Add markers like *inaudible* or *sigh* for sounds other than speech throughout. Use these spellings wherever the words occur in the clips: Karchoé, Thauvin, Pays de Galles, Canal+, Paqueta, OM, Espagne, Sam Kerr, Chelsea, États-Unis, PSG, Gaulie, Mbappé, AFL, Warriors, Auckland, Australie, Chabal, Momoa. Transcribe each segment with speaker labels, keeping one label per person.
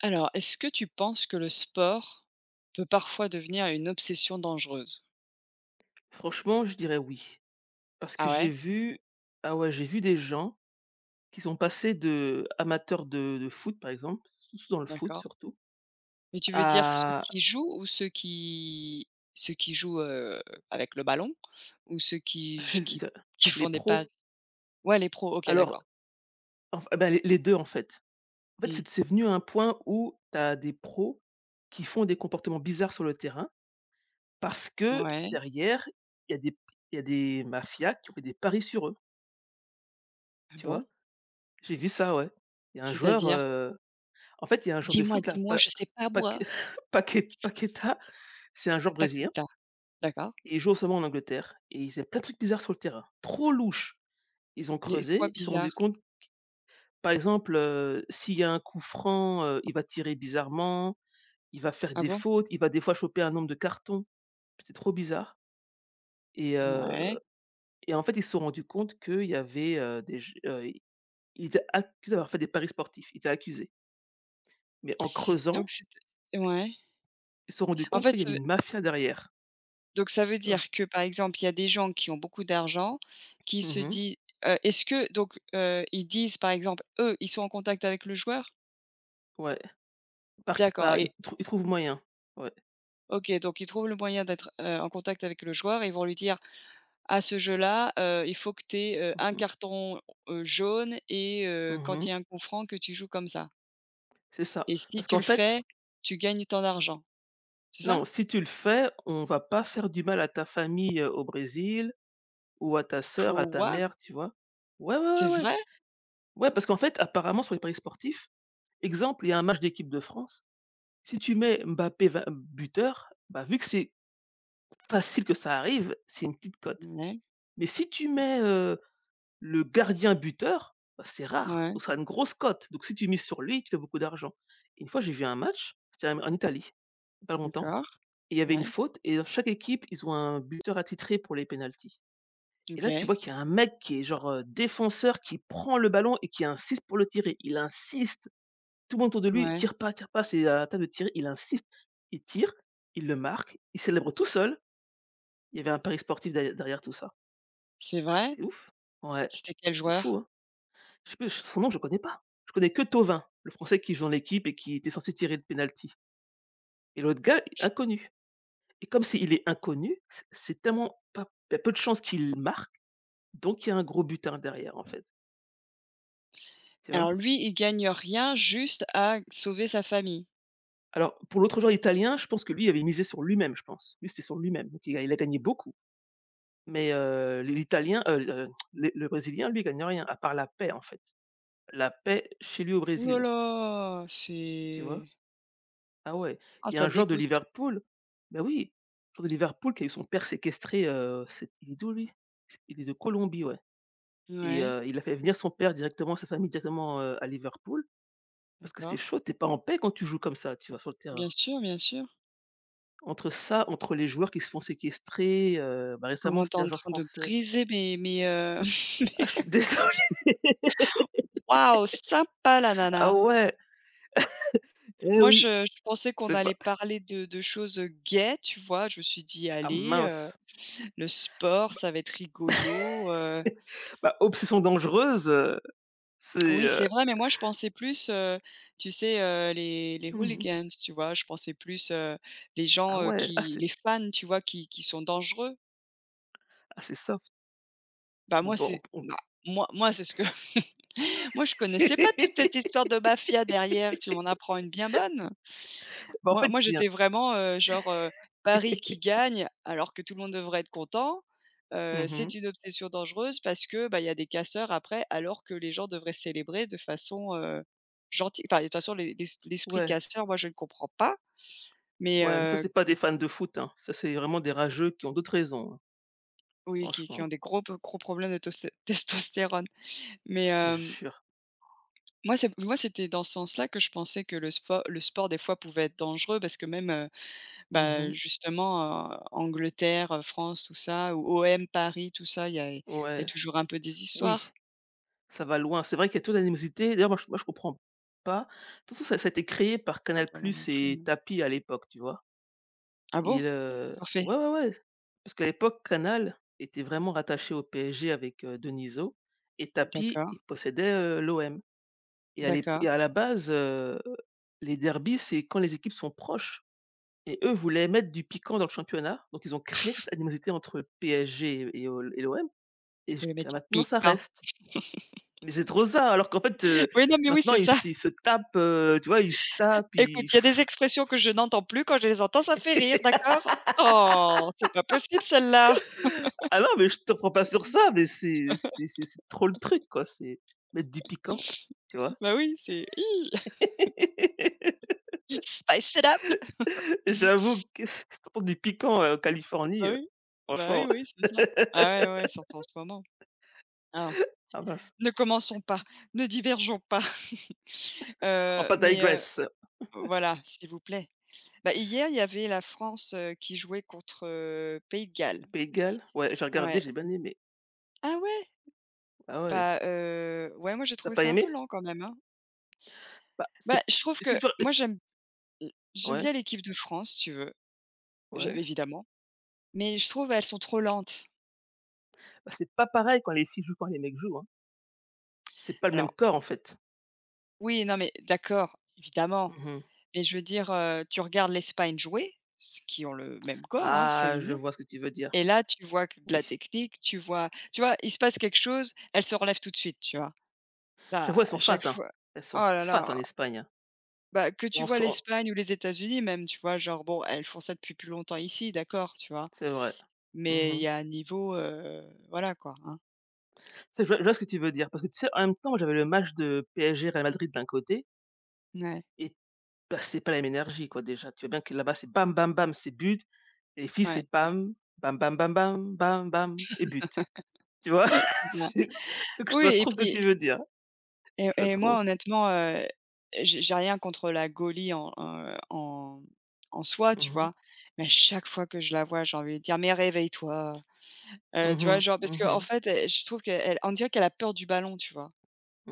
Speaker 1: Alors, est-ce que tu penses que le sport peut parfois devenir une obsession dangereuse?
Speaker 2: Franchement, je dirais oui. Parce
Speaker 1: Ah
Speaker 2: que j'ai
Speaker 1: ouais?
Speaker 2: vu, ah ouais, j'ai vu des gens qui sont passés de amateurs de foot, par exemple, surtout dans le foot
Speaker 1: D'accord.
Speaker 2: surtout,
Speaker 1: Mais tu veux dire ceux
Speaker 2: à
Speaker 1: qui jouent ou ceux qui jouent, avec le ballon? Ou ceux qui
Speaker 2: *laughs*
Speaker 1: j
Speaker 2: je-
Speaker 1: qui
Speaker 2: les
Speaker 1: font des paris?
Speaker 2: pros.
Speaker 1: Ouais, les pros, OK,
Speaker 2: Alors,
Speaker 1: d'accord.
Speaker 2: enf bah, les 2 en fait. En fait,
Speaker 1: Mmh.
Speaker 2: c'est venu à un point où tu as des pros qui font des comportements bizarres sur le terrain parce que
Speaker 1: Ouais.
Speaker 2: derrière, il y a des il y a des mafias qui ont fait des paris sur eux,
Speaker 1: Ah
Speaker 2: tu
Speaker 1: bon?
Speaker 2: vois? J'ai vu ça, ouais. Il y a un joueur,
Speaker 1: C'est-à-dire?
Speaker 2: En fait, il y a un joueur de
Speaker 1: «Dis-moi,
Speaker 2: foot là,
Speaker 1: dis-moi,
Speaker 2: Pa
Speaker 1: je sais pas
Speaker 2: Paque
Speaker 1: moi».
Speaker 2: *laughs* Paqueta, c'est un joueur brésilien
Speaker 1: Paqueta. D'accord.
Speaker 2: et il joue en Angleterre et il faisait plein de trucs bizarres sur le terrain, trop louche. Ils ont
Speaker 1: Mais quoi
Speaker 2: creusé, ils se sont rendus
Speaker 1: bizarre?
Speaker 2: compte, par exemple, s'il y a un coup franc, il va tirer bizarrement, il va faire
Speaker 1: Ah
Speaker 2: des
Speaker 1: bon?
Speaker 2: fautes, il va des fois choper un nombre de cartons. C'était trop bizarre et heu
Speaker 1: Ouais.
Speaker 2: et en fait, ils se sont rendus compte qu'il y avait, des j il était accusé d'avoir fait des paris sportifs, il était accusé. Mais en
Speaker 1: Donc
Speaker 2: creusant,
Speaker 1: c'est ouais.
Speaker 2: ils se sont rendus
Speaker 1: En
Speaker 2: compte
Speaker 1: fait,
Speaker 2: qu'il y
Speaker 1: ça
Speaker 2: avait
Speaker 1: veut
Speaker 2: une mafia derrière,
Speaker 1: donc ça veut
Speaker 2: tu vois?
Speaker 1: dire que, par exemple, il y a des gens qui ont beaucoup d'argent, qui se
Speaker 2: Mmh.
Speaker 1: disent, est-ce que donc, ils disent, par exemple, eux, ils sont en contact avec le joueur?
Speaker 2: Ouais, par q
Speaker 1: D'accord
Speaker 2: par
Speaker 1: et
Speaker 2: ils trouvent moyen. Ouais.
Speaker 1: OK, donc ils trouvent le moyen d'être, en contact avec le joueur et ils vont lui dire: «À ce jeu-là, il faut que tu aies,
Speaker 2: Mmh mh.
Speaker 1: carton, jaune et quand il
Speaker 2: Mmh.
Speaker 1: y a un coup franc que tu joues comme ça
Speaker 2: C'est ça.
Speaker 1: et si
Speaker 2: Parce
Speaker 1: tu
Speaker 2: qu'en
Speaker 1: le
Speaker 2: fait
Speaker 1: fais, tu gagnes tant d'argent». C'est ça?
Speaker 2: Non, si tu le fais, on va pas faire du mal à ta famille, au Brésil ou à ta sœur, à ta
Speaker 1: Quoi?
Speaker 2: mère, tu vois? Ouais, ouais,
Speaker 1: C'est
Speaker 2: ouais, ouais.
Speaker 1: vrai?
Speaker 2: Ouais, parce qu'en fait, apparemment, sur les paris sportifs, exemple, il y a un match d'équipe de France, si tu mets Mbappé va buteur, bah, vu que c'est facile que ça arrive, c'est une petite cote.
Speaker 1: Ouais,
Speaker 2: Mais si tu mets, le gardien buteur, bah, c'est rare,
Speaker 1: ouais,
Speaker 2: donc ça a une grosse cote. Donc si tu mises sur lui, tu fais beaucoup d'argent. Et une fois, j'ai vu un match, c'était en Italie, il y a pas longtemps,
Speaker 1: d'accord,
Speaker 2: et il y avait une
Speaker 1: ouais,
Speaker 2: faute et dans chaque équipe, ils ont un buteur attitré pour les pénaltys. Et là, tu
Speaker 1: OK,
Speaker 2: vois qu'il y a un mec qui est genre, défenseur, qui prend le ballon et qui insiste pour le tirer. Il insiste, tout le monde autour de lui:
Speaker 1: ouais.
Speaker 2: Tire pas, c'est à la table de tirer». Il insiste, il tire, il le marque, il célèbre tout seul. Il y avait un pari sportif derrière tout ça.
Speaker 1: C'est vrai?
Speaker 2: C'est ouf. Ouais,
Speaker 1: C'était quel
Speaker 2: c'est fou,
Speaker 1: joueur?
Speaker 2: hein? Je sais plus son nom, je connais pas. Je connais que Thauvin, le Français qui joue dans l'équipe et qui était censé tirer le penalty. Et l'autre gars, inconnu et comme c'est il est inconnu, c c'est tellement pas il y a peu de chances qu'il marque, donc il y a un gros butin derrière, en fait, tu vois?
Speaker 1: Alors lui, il gagne rien, juste à sauver sa famille.
Speaker 2: Alors pour l'autre joueur italien, je pense que lui, il avait misé sur lui-même, je pense. Lui, c'était sur lui-même, donc il a gagné beaucoup, mais l'Italien, le Brésilien, lui, il gagne rien, à part la paix, en fait. La paix chez lui au
Speaker 1: Ouh là
Speaker 2: Brésil,
Speaker 1: là,
Speaker 2: tu vois?
Speaker 1: c'est
Speaker 2: Ah ouais,
Speaker 1: ah
Speaker 2: il y a
Speaker 1: ça
Speaker 2: un joueur de
Speaker 1: dégoûte.
Speaker 2: Liverpool, bah oui, un joueur de Liverpool qui a eu son père séquestré, c'est il est d'où lui? Il est de Colombie, ouais, et
Speaker 1: Ouais,
Speaker 2: il a fait venir son père directement, sa famille directement, à Liverpool parce que c'est
Speaker 1: d'accord.
Speaker 2: chaud, tu es pas en paix quand tu joues comme ça, tu vois? Sur le terrain.
Speaker 1: Bien sûr, bien sûr.
Speaker 2: Entre ça, entre les joueurs qui se font séquestrer, bah, récemment,
Speaker 1: Comment t'es
Speaker 2: c'était un
Speaker 1: en
Speaker 2: joueur
Speaker 1: train de
Speaker 2: français.
Speaker 1: briser mes mes, *laughs*
Speaker 2: Ah, je suis *laughs* désolé.
Speaker 1: waouh, sympa la
Speaker 2: Ah
Speaker 1: nana.
Speaker 2: ouais, eh
Speaker 1: Moi
Speaker 2: oui,
Speaker 1: je pensais qu'on
Speaker 2: c'est pas
Speaker 1: allait parler de choses, gaies, tu vois? Je me suis dit:
Speaker 2: ah
Speaker 1: «Allez,
Speaker 2: mince.
Speaker 1: le sport, ça va être rigolo».
Speaker 2: *laughs* Bah, obsession dangereuse, c'est,
Speaker 1: Oui, c'est vrai, mais moi je pensais plus, tu sais, les
Speaker 2: mmh mh.
Speaker 1: hooligans, tu vois? Je pensais plus, les
Speaker 2: Ah
Speaker 1: gens,
Speaker 2: ouais, ah
Speaker 1: qui
Speaker 2: c'est
Speaker 1: les fans, tu vois, qui sont dangereux.
Speaker 2: ah c'est soft.
Speaker 1: Bah,
Speaker 2: Bon,
Speaker 1: moi
Speaker 2: bah, on
Speaker 1: c'est
Speaker 2: p on
Speaker 1: bah, moi c'est ce que *laughs* moi je connaissais pas toute cette histoire
Speaker 2: *laughs*
Speaker 1: de mafia derrière, tu m'en apprends une bien bonne.
Speaker 2: Bah, en
Speaker 1: Moi
Speaker 2: fait,
Speaker 1: moi,
Speaker 2: c'est un
Speaker 1: j'étais
Speaker 2: c'est
Speaker 1: vraiment, genre, Paris qui gagne, alors que tout le monde devrait être content. C'est
Speaker 2: Mmh
Speaker 1: une obsession dangereuse parce que, bah, il y a des casseurs après, alors que les gens devraient célébrer de façon, gentille. Enfin, de toute façon, l'esprit
Speaker 2: Ouais,
Speaker 1: casseur, moi, je ne comprends pas, mais
Speaker 2: ouais, mais ça, c'est pas des fans de foot, hein. Ça, c'est vraiment des rageux qui ont d'autres raisons, hein,
Speaker 1: oui, qui ont
Speaker 2: franchement,
Speaker 1: des gros problèmes de tosté *laughs* testostérone. Mais
Speaker 2: je te jure.
Speaker 1: moi, c'est moi, c'était dans ce sens-là que je pensais que le sport, des fois, pouvait être dangereux parce que même, bah,
Speaker 2: Mmh.
Speaker 1: justement, Angleterre, France, tout ça, ou OM, Paris, tout ça, il y a
Speaker 2: Ouais,
Speaker 1: toujours un peu des
Speaker 2: oui,
Speaker 1: histoires.
Speaker 2: ça va loin. C'est vrai qu'il y a toute l'animosité. D'ailleurs, moi, je comprends pas. De toute façon, ça a été créé par
Speaker 1: Ah
Speaker 2: Canal+
Speaker 1: bah, non
Speaker 2: Plus
Speaker 1: plus,
Speaker 2: et
Speaker 1: non.
Speaker 2: Tapi à l'époque, tu vois?
Speaker 1: Ah bon?
Speaker 2: Il
Speaker 1: Qu'est-ce qu'ils ont fait?
Speaker 2: Ouais, ouais, ouais, parce qu'à l'époque, Canal était vraiment rattaché au PSG avec, Deniso et Tapi,
Speaker 1: D'accord,
Speaker 2: il possédait, l'OM. Et à l'ép
Speaker 1: d'accord.
Speaker 2: et à la base, les derbys, c'est quand les équipes sont proches et eux voulaient mettre du piquant dans le championnat, donc ils ont créé cette animosité entre le PSG et l'OM et
Speaker 1: Vous voulez
Speaker 2: jusqu'à
Speaker 1: mettre du
Speaker 2: maintenant ça
Speaker 1: piquant.
Speaker 2: reste. Mais c'est trop ça, alors qu'en fait,
Speaker 1: *laughs* Oui, non, mais oui,
Speaker 2: maintenant
Speaker 1: c'est
Speaker 2: ils
Speaker 1: ça.
Speaker 2: se ils se tapent, tu vois? Ils se tapent,
Speaker 1: Écoute,
Speaker 2: ils
Speaker 1: il y a des expressions que je n'entends plus, quand je les entends, ça me fait rire,
Speaker 2: *laughs*
Speaker 1: d'accord? Oh, c'est pas possible celle-là.
Speaker 2: ah non, mais je te reprends pas sur ça, mais c'est trop le truc quoi, c'est mettre du piquant, tu vois?
Speaker 1: *laughs* Bah oui, c'est hi,
Speaker 2: *laughs*
Speaker 1: *laughs* spice it up. *laughs*
Speaker 2: J'avoue que si tu entends du piquant, en Californie,
Speaker 1: Bah oui, bah oui,
Speaker 2: franchement,
Speaker 1: oui, c'est ça. Ah
Speaker 2: *laughs*
Speaker 1: ouais, ouais, surtout en ce moment. Ah,
Speaker 2: ah mince.
Speaker 1: ne commençons pas, ne divergeons pas.
Speaker 2: En
Speaker 1: Heu,
Speaker 2: pas
Speaker 1: mais heu,
Speaker 2: Digress,
Speaker 1: voilà, s'il vous plaît. Bah, hier, il y avait la France, qui jouait contre, Pays de Galles.
Speaker 2: Le Pays de Galles, ouais, j'ai regardé,
Speaker 1: Ouais.
Speaker 2: j'ai bien aimé.
Speaker 1: Ah ouais?
Speaker 2: Ah ouais,
Speaker 1: Bah, ouais, moi j'ai
Speaker 2: t'as
Speaker 1: trouvé
Speaker 2: pas
Speaker 1: ça un peu
Speaker 2: aimé?
Speaker 1: lent quand même, hein.
Speaker 2: Bah, c'est
Speaker 1: Bah, je trouve
Speaker 2: est-ce que
Speaker 1: que
Speaker 2: tu
Speaker 1: moi j'aime
Speaker 2: Ouais,
Speaker 1: bien l'équipe de France, si tu veux, je
Speaker 2: ouais,
Speaker 1: évidemment, mais je trouve elles sont trop lentes.
Speaker 2: bah, c'est pas pareil quand les filles jouent, quand les mecs jouent, hein. C'est pas le même
Speaker 1: Alors
Speaker 2: corps, en fait.
Speaker 1: oui, non mais d'accord, évidemment,
Speaker 2: Mmh.
Speaker 1: mais je veux dire, tu regardes l'Espagne jouer, ce qui ont le même corps, hein,
Speaker 2: Ah, je
Speaker 1: féminin.
Speaker 2: vois ce que tu veux dire,
Speaker 1: Et là, tu vois que de la
Speaker 2: oui.
Speaker 1: technique, tu vois, il se passe quelque chose, elle se relève tout de suite, tu vois?
Speaker 2: Je
Speaker 1: Là,
Speaker 2: vois elles sont
Speaker 1: à
Speaker 2: fat,
Speaker 1: chaque
Speaker 2: hein.
Speaker 1: fois
Speaker 2: Elles
Speaker 1: oh
Speaker 2: sont
Speaker 1: là
Speaker 2: fat
Speaker 1: là,
Speaker 2: en Espagne, hein.
Speaker 1: bah, que tu
Speaker 2: On
Speaker 1: vois
Speaker 2: sent
Speaker 1: l'Espagne ou les États-Unis même, tu vois? Genre bon, elles font ça depuis plus longtemps ici, d'accord, tu vois?
Speaker 2: C'est vrai. Mmh
Speaker 1: Mais il
Speaker 2: mh.
Speaker 1: y a un niveau, voilà quoi, hein.
Speaker 2: Je vois ce que tu veux dire parce que tu sais, en même temps, moi, j'avais le match de PSG Real Madrid d'un côté
Speaker 1: Ouais,
Speaker 2: et bah, c'est pas la même énergie quoi déjà. Tu vois bien que là-bas, c'est bam bam bam, c'est but et les filles
Speaker 1: ouais,
Speaker 2: c'est bam, bam bam bam bam, bam bam et but. Tu
Speaker 1: *laughs*
Speaker 2: vois? *laughs*
Speaker 1: c'est ça.
Speaker 2: C'est Donc je
Speaker 1: Oui
Speaker 2: vois
Speaker 1: et
Speaker 2: trop ce que
Speaker 1: puis
Speaker 2: tu veux dire. Je vois
Speaker 1: et moi
Speaker 2: trop.
Speaker 1: honnêtement, j'ai rien contre la Gaulie en soi, tu
Speaker 2: Mmh mh.
Speaker 1: vois? Mais à chaque fois que je la vois, j'ai envie de dire: «Mais réveille-toi!»
Speaker 2: Mmh
Speaker 1: Tu vois?
Speaker 2: mh.
Speaker 1: Genre parce qu'en fait, elle je trouve qu'elle on dirait qu'elle a peur du ballon, tu vois?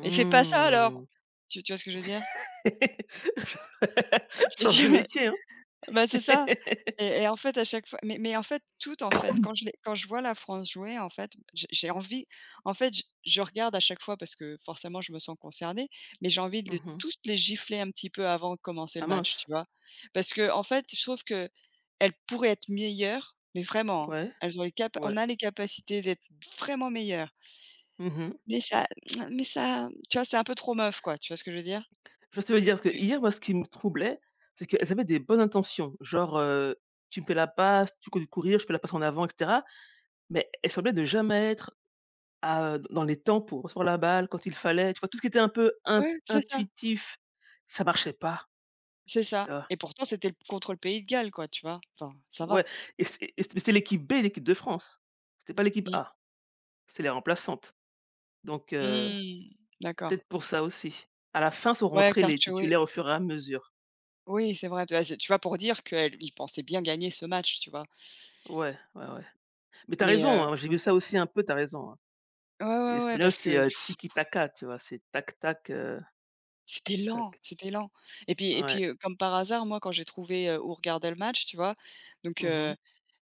Speaker 1: «Mais fais pas ça alors!» Tu vois ce que je veux dire? Ah,
Speaker 2: *laughs*
Speaker 1: Tu
Speaker 2: Change de
Speaker 1: tu *laughs*
Speaker 2: métier, hein. *laughs*
Speaker 1: bah, c'est ça et en fait, à chaque fois mais en fait, toutes, en fait, quand je vois la France jouer, en fait, j'ai envie en fait, je regarde à chaque fois parce que forcément, je me sens concernée, mais j'ai envie de
Speaker 2: Mmh.
Speaker 1: toutes les gifler un petit peu avant de commencer le
Speaker 2: Ah
Speaker 1: match,
Speaker 2: mince.
Speaker 1: tu vois? Parce qu'en fait, je trouve qu'elles pourraient être meilleures, mais vraiment, hein.
Speaker 2: Ouais,
Speaker 1: Elles ont les capa on
Speaker 2: ouais.
Speaker 1: a les capacités d'être vraiment meilleures.
Speaker 2: Mmh.
Speaker 1: Mais ça *clears throat* mais ça tu vois, c'est un peu trop meuf, quoi, tu vois ce que je veux dire?
Speaker 2: Je te veux dire, que
Speaker 1: Tu
Speaker 2: hier, moi, ce qui me troublait, c'est qu'elles avaient des bonnes intentions. Genre, «Tu me fais la passe, tu cours du courir, je fais la passe en avant» et cetera. Mais elle semblait ne jamais être à dans les temps pour recevoir la balle, quand il fallait, tu vois? Tout ce qui était un peu
Speaker 1: ouais,
Speaker 2: intuitif, ça marchait pas,
Speaker 1: c'est
Speaker 2: tu
Speaker 1: ça
Speaker 2: vois?
Speaker 1: et pourtant, c'était le contre le Pays de Galles, quoi, tu vois? Enfin, ça
Speaker 2: Ouais.
Speaker 1: va.
Speaker 2: Et c'est Mais c'est l'équipe B et l'équipe de France. C'était pas l'équipe
Speaker 1: Mmh.
Speaker 2: A, c'est les remplaçantes. Donc
Speaker 1: Mmh, d'accord.
Speaker 2: peut-être pour ça aussi. À la fin sont
Speaker 1: Ouais,
Speaker 2: rentrés les
Speaker 1: Karchoé.
Speaker 2: titulaires au fur et à mesure.
Speaker 1: Oui, oui, c'est vrai, tu vois? C'est tu vois, pour dire qu'elle il pensait bien gagner ce match, tu vois?
Speaker 2: Ouais, ouais, ouais. Mais t'as
Speaker 1: Mais
Speaker 2: raison, hein, j'ai vu ça aussi un peu. T'as raison, hein.
Speaker 1: ouais, ouais, ouais,
Speaker 2: L'espagnol,
Speaker 1: parce
Speaker 2: c'est,
Speaker 1: que
Speaker 2: tiki taka, tu vois? C'est tac-tac, tac tac,
Speaker 1: c'était lent,
Speaker 2: tac.
Speaker 1: c'était lent et
Speaker 2: Ouais.
Speaker 1: puis, comme par hasard, moi, quand j'ai trouvé, où regarder le match, tu vois? Donc
Speaker 2: Mmh.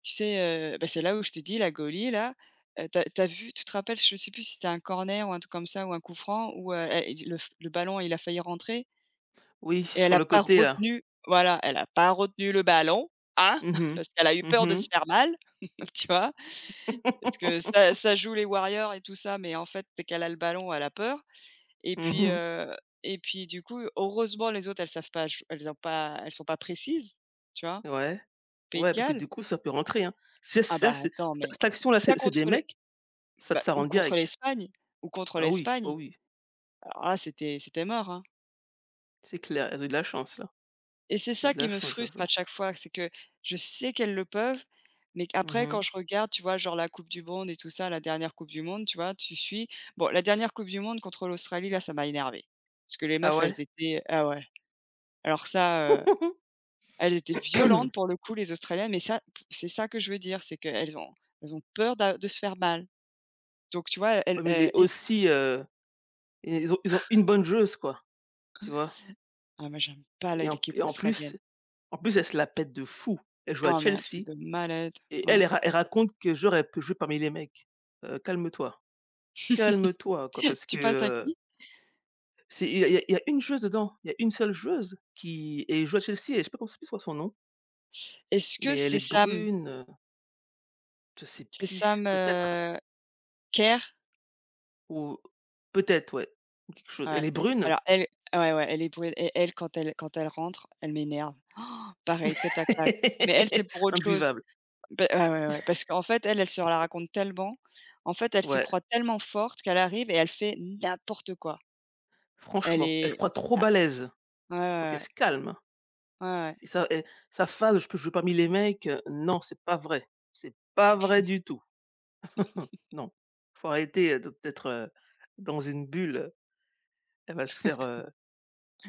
Speaker 1: tu sais, bah, c'est là où je te dis la goalie là, tu as vu tu te rappelles, je sais plus si c'était un corner ou un truc comme ça ou un coup franc où, elle le ballon, il a failli rentrer
Speaker 2: Oui,
Speaker 1: et elle
Speaker 2: sur
Speaker 1: a
Speaker 2: le
Speaker 1: pas
Speaker 2: côté là.
Speaker 1: retenu voilà, elle a pas retenu le ballon, hein,
Speaker 2: Mmh
Speaker 1: *laughs*
Speaker 2: mh.
Speaker 1: parce qu'elle a eu peur de
Speaker 2: Mmh.
Speaker 1: se faire mal, *laughs* tu vois? Parce que ça
Speaker 2: *laughs*
Speaker 1: ça joue les Warriors et tout ça, mais en fait, dès qu'elle a le ballon, elle a peur. Et puis,
Speaker 2: Mmh.
Speaker 1: heu et puis du coup, heureusement les autres elles ont pas elles sont pas précises, tu vois?
Speaker 2: Ouais,
Speaker 1: Pays de
Speaker 2: ouais, parce que
Speaker 1: Galles,
Speaker 2: du coup, ça peut rentrer, hein. C'est
Speaker 1: ah
Speaker 2: ça,
Speaker 1: bah
Speaker 2: c'est
Speaker 1: attends
Speaker 2: c
Speaker 1: mais
Speaker 2: cette action-là,
Speaker 1: ça
Speaker 2: c'est des
Speaker 1: contre les
Speaker 2: mecs,
Speaker 1: bah
Speaker 2: ça rentre direct.
Speaker 1: ou contre
Speaker 2: Ah oui, bah
Speaker 1: l'Espagne,
Speaker 2: oui,
Speaker 1: alors là c'était c'était mort, hein
Speaker 2: c'est clair, elles ont eu de la chance, là.
Speaker 1: et c'est
Speaker 2: Elles ont eu
Speaker 1: ça
Speaker 2: de
Speaker 1: qui
Speaker 2: la
Speaker 1: me
Speaker 2: chance, je
Speaker 1: frustre à
Speaker 2: vois.
Speaker 1: chaque fois, c'est que je sais qu'elles le peuvent, mais après quand
Speaker 2: Mmh.
Speaker 1: je regarde, tu vois, genre la coupe du monde et tout ça, la dernière coupe du monde, tu vois, tu suis bon la dernière coupe du monde contre l'Australie là, ça m'a énervé, parce que les
Speaker 2: Ah
Speaker 1: meufs
Speaker 2: ouais?
Speaker 1: elles étaient ah ouais, alors ça,
Speaker 2: *laughs*
Speaker 1: elles étaient violentes pour le coup les australiennes, mais ça, p c'est ça que je veux dire, c'est qu'elles ont elles ont peur d'a de se faire mal. Donc tu vois, elles
Speaker 2: Ouais, mais les
Speaker 1: elles et
Speaker 2: aussi, ils ont une bonne joueuse, quoi, tu vois?
Speaker 1: ah moi j'aime pas la l'équipe
Speaker 2: Et
Speaker 1: australienne.
Speaker 2: en plus, elle se la pète de fou. Elle joue à
Speaker 1: Ah mais un
Speaker 2: Chelsea
Speaker 1: truc de malade,
Speaker 2: et
Speaker 1: ouais.
Speaker 2: elle raconte que j'aurais pu jouer parmi les mecs. Calme-toi, calme-toi, quoi, parce
Speaker 1: *laughs*
Speaker 2: que,
Speaker 1: Tu passes à
Speaker 2: heu.
Speaker 1: qui?
Speaker 2: C'est il y a il y a Il y a une joueuse dedans, il y a une seule joueuse qui et elle joue à Chelsea et je sais pas comment c'est quoi son nom,
Speaker 1: Est-ce que
Speaker 2: mais elle
Speaker 1: c'est
Speaker 2: est
Speaker 1: Sam?
Speaker 2: brune, je sais
Speaker 1: C'est
Speaker 2: plus,
Speaker 1: Sam,
Speaker 2: peut-être
Speaker 1: Kerr?
Speaker 2: ou peut-être, ouais, ou quelque chose.
Speaker 1: Ouais.
Speaker 2: Elle est brune,
Speaker 1: Alors elle ouais, ouais, elle est brune et elle quand elle rentre, elle m'énerve. *gasps* Oh, pareil, tête à claque. Mais elle, c'est
Speaker 2: *laughs*
Speaker 1: pour autre chose.
Speaker 2: imbuvable,
Speaker 1: Bah, ah ouais, ouais, parce qu'en fait, elle, elle se la raconte tellement. En fait, elle se
Speaker 2: ouais,
Speaker 1: croit tellement forte qu'elle arrive et elle fait n'importe quoi. Elle
Speaker 2: franchement, elle se
Speaker 1: est
Speaker 2: croit trop
Speaker 1: ah,
Speaker 2: balèze,
Speaker 1: ouais,
Speaker 2: faut qu'elle
Speaker 1: ouais,
Speaker 2: se calme
Speaker 1: ouais, ouais, ouais.
Speaker 2: et sa phase: «Je peux jouer parmi les mecs», non, c'est pas vrai du tout, non. Faut arrêter, de d'être, dans une bulle, elle va se faire, heu,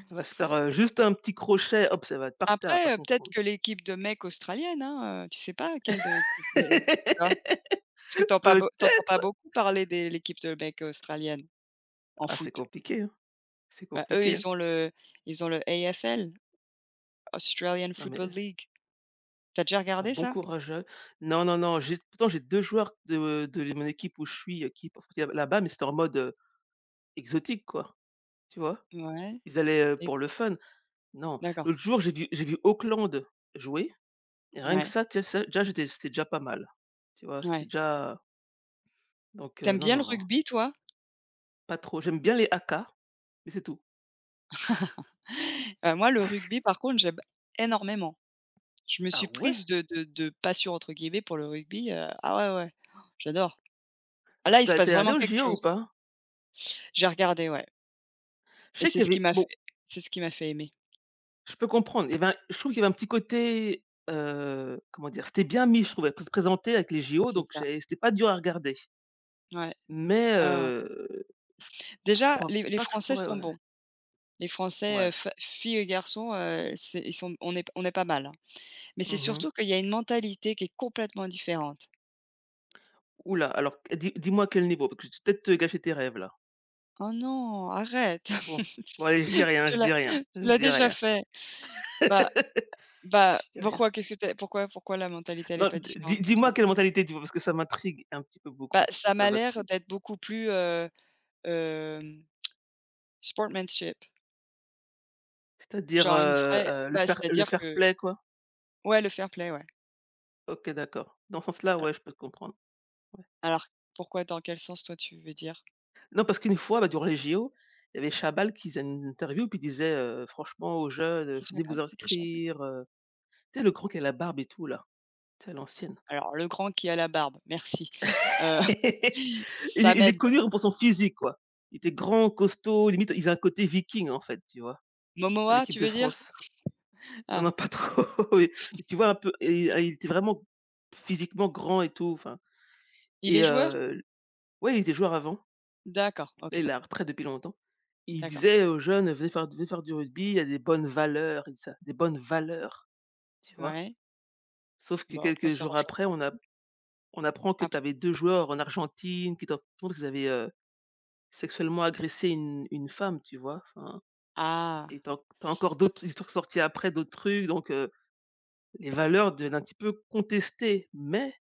Speaker 2: elle va se faire, juste un petit crochet, hop, ça va être par terre, elle va pas
Speaker 1: Après, peut-être
Speaker 2: comprendre.
Speaker 1: que l'équipe de mecs australienne, hein, tu sais pas quelle de- tu vois?
Speaker 2: *laughs*
Speaker 1: Parce que t'entends pas beau tu pas
Speaker 2: Peut-être?
Speaker 1: beaucoup parler de l'équipe de mecs australienne en
Speaker 2: Ah, c'est
Speaker 1: foot.
Speaker 2: compliqué, hein, c'est
Speaker 1: Bah, eux,
Speaker 2: compliqué, hein.
Speaker 1: ils ont le AFL, Australian
Speaker 2: Non, mais,
Speaker 1: Football League. T'as déjà regardé
Speaker 2: bon
Speaker 1: ça?
Speaker 2: courage à eux. Non, non, non, j'ai pourtant j'ai 2 joueurs de mon équipe où je suis, qui partent partir là-bas, mais c'était en mode, exotique, quoi, tu vois?
Speaker 1: Ouais,
Speaker 2: Ils allaient,
Speaker 1: ex
Speaker 2: pour le fun. Non,
Speaker 1: d'accord,
Speaker 2: l'autre jour, j'ai vu Auckland jouer et rien que
Speaker 1: ouais,
Speaker 2: ça, tu sais, ça déjà j'étais c'était déjà pas mal, tu vois? C'était
Speaker 1: ouais.
Speaker 2: déjà Donc,
Speaker 1: T'aimes
Speaker 2: non,
Speaker 1: bien le
Speaker 2: non, non,
Speaker 1: rugby, toi?
Speaker 2: pas trop. J'aime bien les haka, mais c'est tout.
Speaker 1: *laughs* Moi, le rugby, par contre, j'aime énormément. Je me
Speaker 2: Ah
Speaker 1: suis
Speaker 2: ouais?
Speaker 1: prise de «passion» entre guillemets pour le rugby, ah ouais, ouais, j'adore. Ah
Speaker 2: Alors,
Speaker 1: là,
Speaker 2: je
Speaker 1: il
Speaker 2: tu
Speaker 1: se
Speaker 2: as tu
Speaker 1: passe
Speaker 2: au allé
Speaker 1: vraiment quelque
Speaker 2: aux ou
Speaker 1: chose.
Speaker 2: pas?
Speaker 1: J'ai regardé, ouais
Speaker 2: Je
Speaker 1: et
Speaker 2: sais
Speaker 1: c'est
Speaker 2: qu'il y
Speaker 1: ce qui
Speaker 2: avait
Speaker 1: m'a fait
Speaker 2: bon.
Speaker 1: c'est ce qui m'a fait aimer.
Speaker 2: Je peux comprendre. Il y avait un je trouve qu'il y avait un petit côté, comment dire? C'était bien mis, je trouvais, pour se présenter avec les JO,
Speaker 1: C'est
Speaker 2: donc
Speaker 1: ça,
Speaker 2: j'ai c'était pas dur à regarder.
Speaker 1: ouais,
Speaker 2: Mais,
Speaker 1: ouais, ouais.
Speaker 2: je je
Speaker 1: Déjà,
Speaker 2: crois
Speaker 1: les
Speaker 2: pas que je
Speaker 1: Français
Speaker 2: pourrais,
Speaker 1: sont
Speaker 2: ouais.
Speaker 1: bons. Les Français,
Speaker 2: Ouais.
Speaker 1: fe filles et garçons, c'est ils sont on est pas mal, hein. Mais c'est
Speaker 2: Mmh mh.
Speaker 1: surtout qu'il y a une mentalité qui est complètement différente.
Speaker 2: Alors, dis-moi quel niveau? Parce que je vais peut-être te gâcher tes rêves là.
Speaker 1: Oh non, arrête!
Speaker 2: Bon. Bon allez, je dis
Speaker 1: *laughs*
Speaker 2: rien,
Speaker 1: Tu
Speaker 2: je
Speaker 1: l'as
Speaker 2: dis rien,
Speaker 1: tu
Speaker 2: je
Speaker 1: l'as
Speaker 2: dis
Speaker 1: déjà
Speaker 2: rien.
Speaker 1: fait. Bah
Speaker 2: *laughs*
Speaker 1: bah,
Speaker 2: Je dis rien.
Speaker 1: pourquoi? Qu'est-ce que tu pourquoi la mentalité, elle est
Speaker 2: Non,
Speaker 1: pas
Speaker 2: d dis
Speaker 1: différente pour
Speaker 2: dis-moi
Speaker 1: toi?
Speaker 2: quelle mentalité tu vois? Parce que ça m'intrigue un petit peu
Speaker 1: Bah,
Speaker 2: beaucoup,
Speaker 1: ça
Speaker 2: ça
Speaker 1: m'a l'air
Speaker 2: m'intrigue.
Speaker 1: d'être beaucoup plus, hem, sportsmanship,
Speaker 2: C'est-à-dire,
Speaker 1: genre une vraie bah,
Speaker 2: le
Speaker 1: c'est-à-dire que
Speaker 2: fair-play quoi?
Speaker 1: ouais, le fair play, ouais.
Speaker 2: OK, d'accord. Dans ce sens-là,
Speaker 1: Al
Speaker 2: ouais, je peux te comprendre.
Speaker 1: alors pourquoi? Dans quel sens toi tu veux dire?
Speaker 2: Non, parce qu'une fois, bah, durant les JO, il y avait Chabal qui faisait une interview, puis il disait, «Franchement, aux jeunes,
Speaker 1: Qui
Speaker 2: venez
Speaker 1: Chaval,
Speaker 2: vous
Speaker 1: c'est qui Chaval?
Speaker 2: inscrire», tu sais, le grand qui a la barbe et tout là, tu sais, à l'ancienne.
Speaker 1: Alors le grand qui a la barbe, merci. Heu,
Speaker 2: *laughs* Il est
Speaker 1: *laughs* ça
Speaker 2: il est
Speaker 1: m'aide.
Speaker 2: connu pour son physique, quoi. Il était grand, costaud, limite, il a un côté viking, en fait, tu vois? À
Speaker 1: Momoa,
Speaker 2: l'équipe
Speaker 1: tu
Speaker 2: de
Speaker 1: veux dire?
Speaker 2: France. Non,
Speaker 1: Ah,
Speaker 2: non, pas trop, *laughs* mais mais tu vois un peu et il était vraiment physiquement grand et tout, enfin
Speaker 1: il est
Speaker 2: et
Speaker 1: joueur?
Speaker 2: ouais, il était joueur avant.
Speaker 1: D'accord,
Speaker 2: Là,
Speaker 1: OK,
Speaker 2: il est à la retraite depuis longtemps. Il
Speaker 1: d'accord.
Speaker 2: disait aux jeunes: Venez faire du rugby, il y a des bonnes valeurs», il dit ça, «des bonnes valeurs», tu vois?
Speaker 1: Ouais,
Speaker 2: Sauf que
Speaker 1: bah, après
Speaker 2: quelques
Speaker 1: c'est
Speaker 2: jours
Speaker 1: arrangeant.
Speaker 2: après, on apprend que tu
Speaker 1: Après
Speaker 2: avais 2 joueurs en Argentine qui t'ont raconté qu'ils avaient, sexuellement agressé une femme, tu vois? Enfin
Speaker 1: ah!
Speaker 2: et t'as as encore d'autres histoires sorties après, d'autres trucs donc les valeurs deviennent un petit peu contestées mais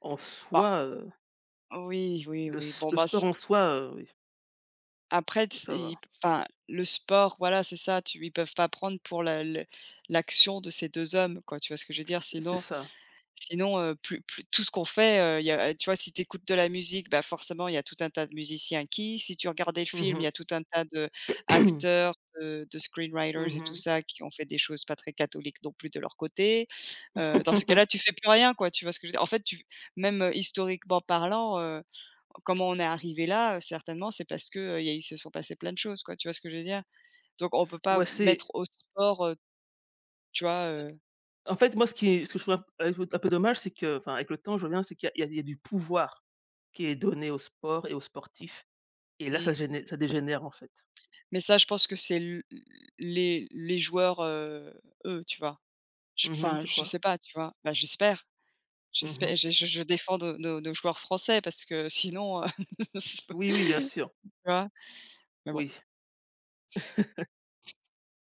Speaker 2: en
Speaker 1: Bah,
Speaker 2: soi,
Speaker 1: oui, oui, oui, bon,
Speaker 2: le
Speaker 1: bah,
Speaker 2: sport en soi, oui,
Speaker 1: après t
Speaker 2: ça
Speaker 1: ils
Speaker 2: va.
Speaker 1: enfin, le sport, voilà, c'est ça, tu ils peuvent pas prendre pour la le l'action de ces 2 hommes, quoi, tu vois ce que je veux dire?
Speaker 2: C'est
Speaker 1: Sinon
Speaker 2: ça.
Speaker 1: sinon, plus plus tout ce qu'on fait, il y a tu vois, si tu écoutes de la musique, bah, forcément, il y a tout un tas de musiciens qui, si tu regardais le
Speaker 2: Mmh
Speaker 1: film, il y
Speaker 2: mh.
Speaker 1: a tout un tas de acteurs, de screenwriters et tout
Speaker 2: *coughs*
Speaker 1: ça qui ont fait des choses pas très catholiques non plus de leur côté. Dans ce cas-là, tu
Speaker 2: *clears throat*
Speaker 1: fais plus rien, quoi, tu vois ce que je veux dire? En fait, tu même historiquement parlant, comment on est arrivé là, certainement, c'est parce que, il y a il se sont passées plein de choses, quoi, tu vois ce que je veux dire? Donc on peut
Speaker 2: *laughs*
Speaker 1: pas
Speaker 2: Ouais,
Speaker 1: mettre
Speaker 2: c'est
Speaker 1: au sport, tu vois, heu?
Speaker 2: En fait, moi, ce qui est ce que je trouve un peu dommage, c'est que enfin, avec le temps, je vois bien, c'est qu'il y a il y a il y a du pouvoir qui est donné au sport et aux sportifs et là,
Speaker 1: Mmh.
Speaker 2: ça dégénère, en fait.
Speaker 1: Mais ça, je pense que c'est l les joueurs, eux, tu vois? Je
Speaker 2: Mhm,
Speaker 1: enfin,
Speaker 2: tu
Speaker 1: je
Speaker 2: crois?
Speaker 1: sais pas, tu vois? Bah, j'espère,
Speaker 2: Mhm.
Speaker 1: j'espère. Je défends nos nos joueurs français parce que sinon,
Speaker 2: Oui, oui, bien
Speaker 1: *laughs* tu
Speaker 2: sûr.
Speaker 1: vois? Mais bon.
Speaker 2: Oui.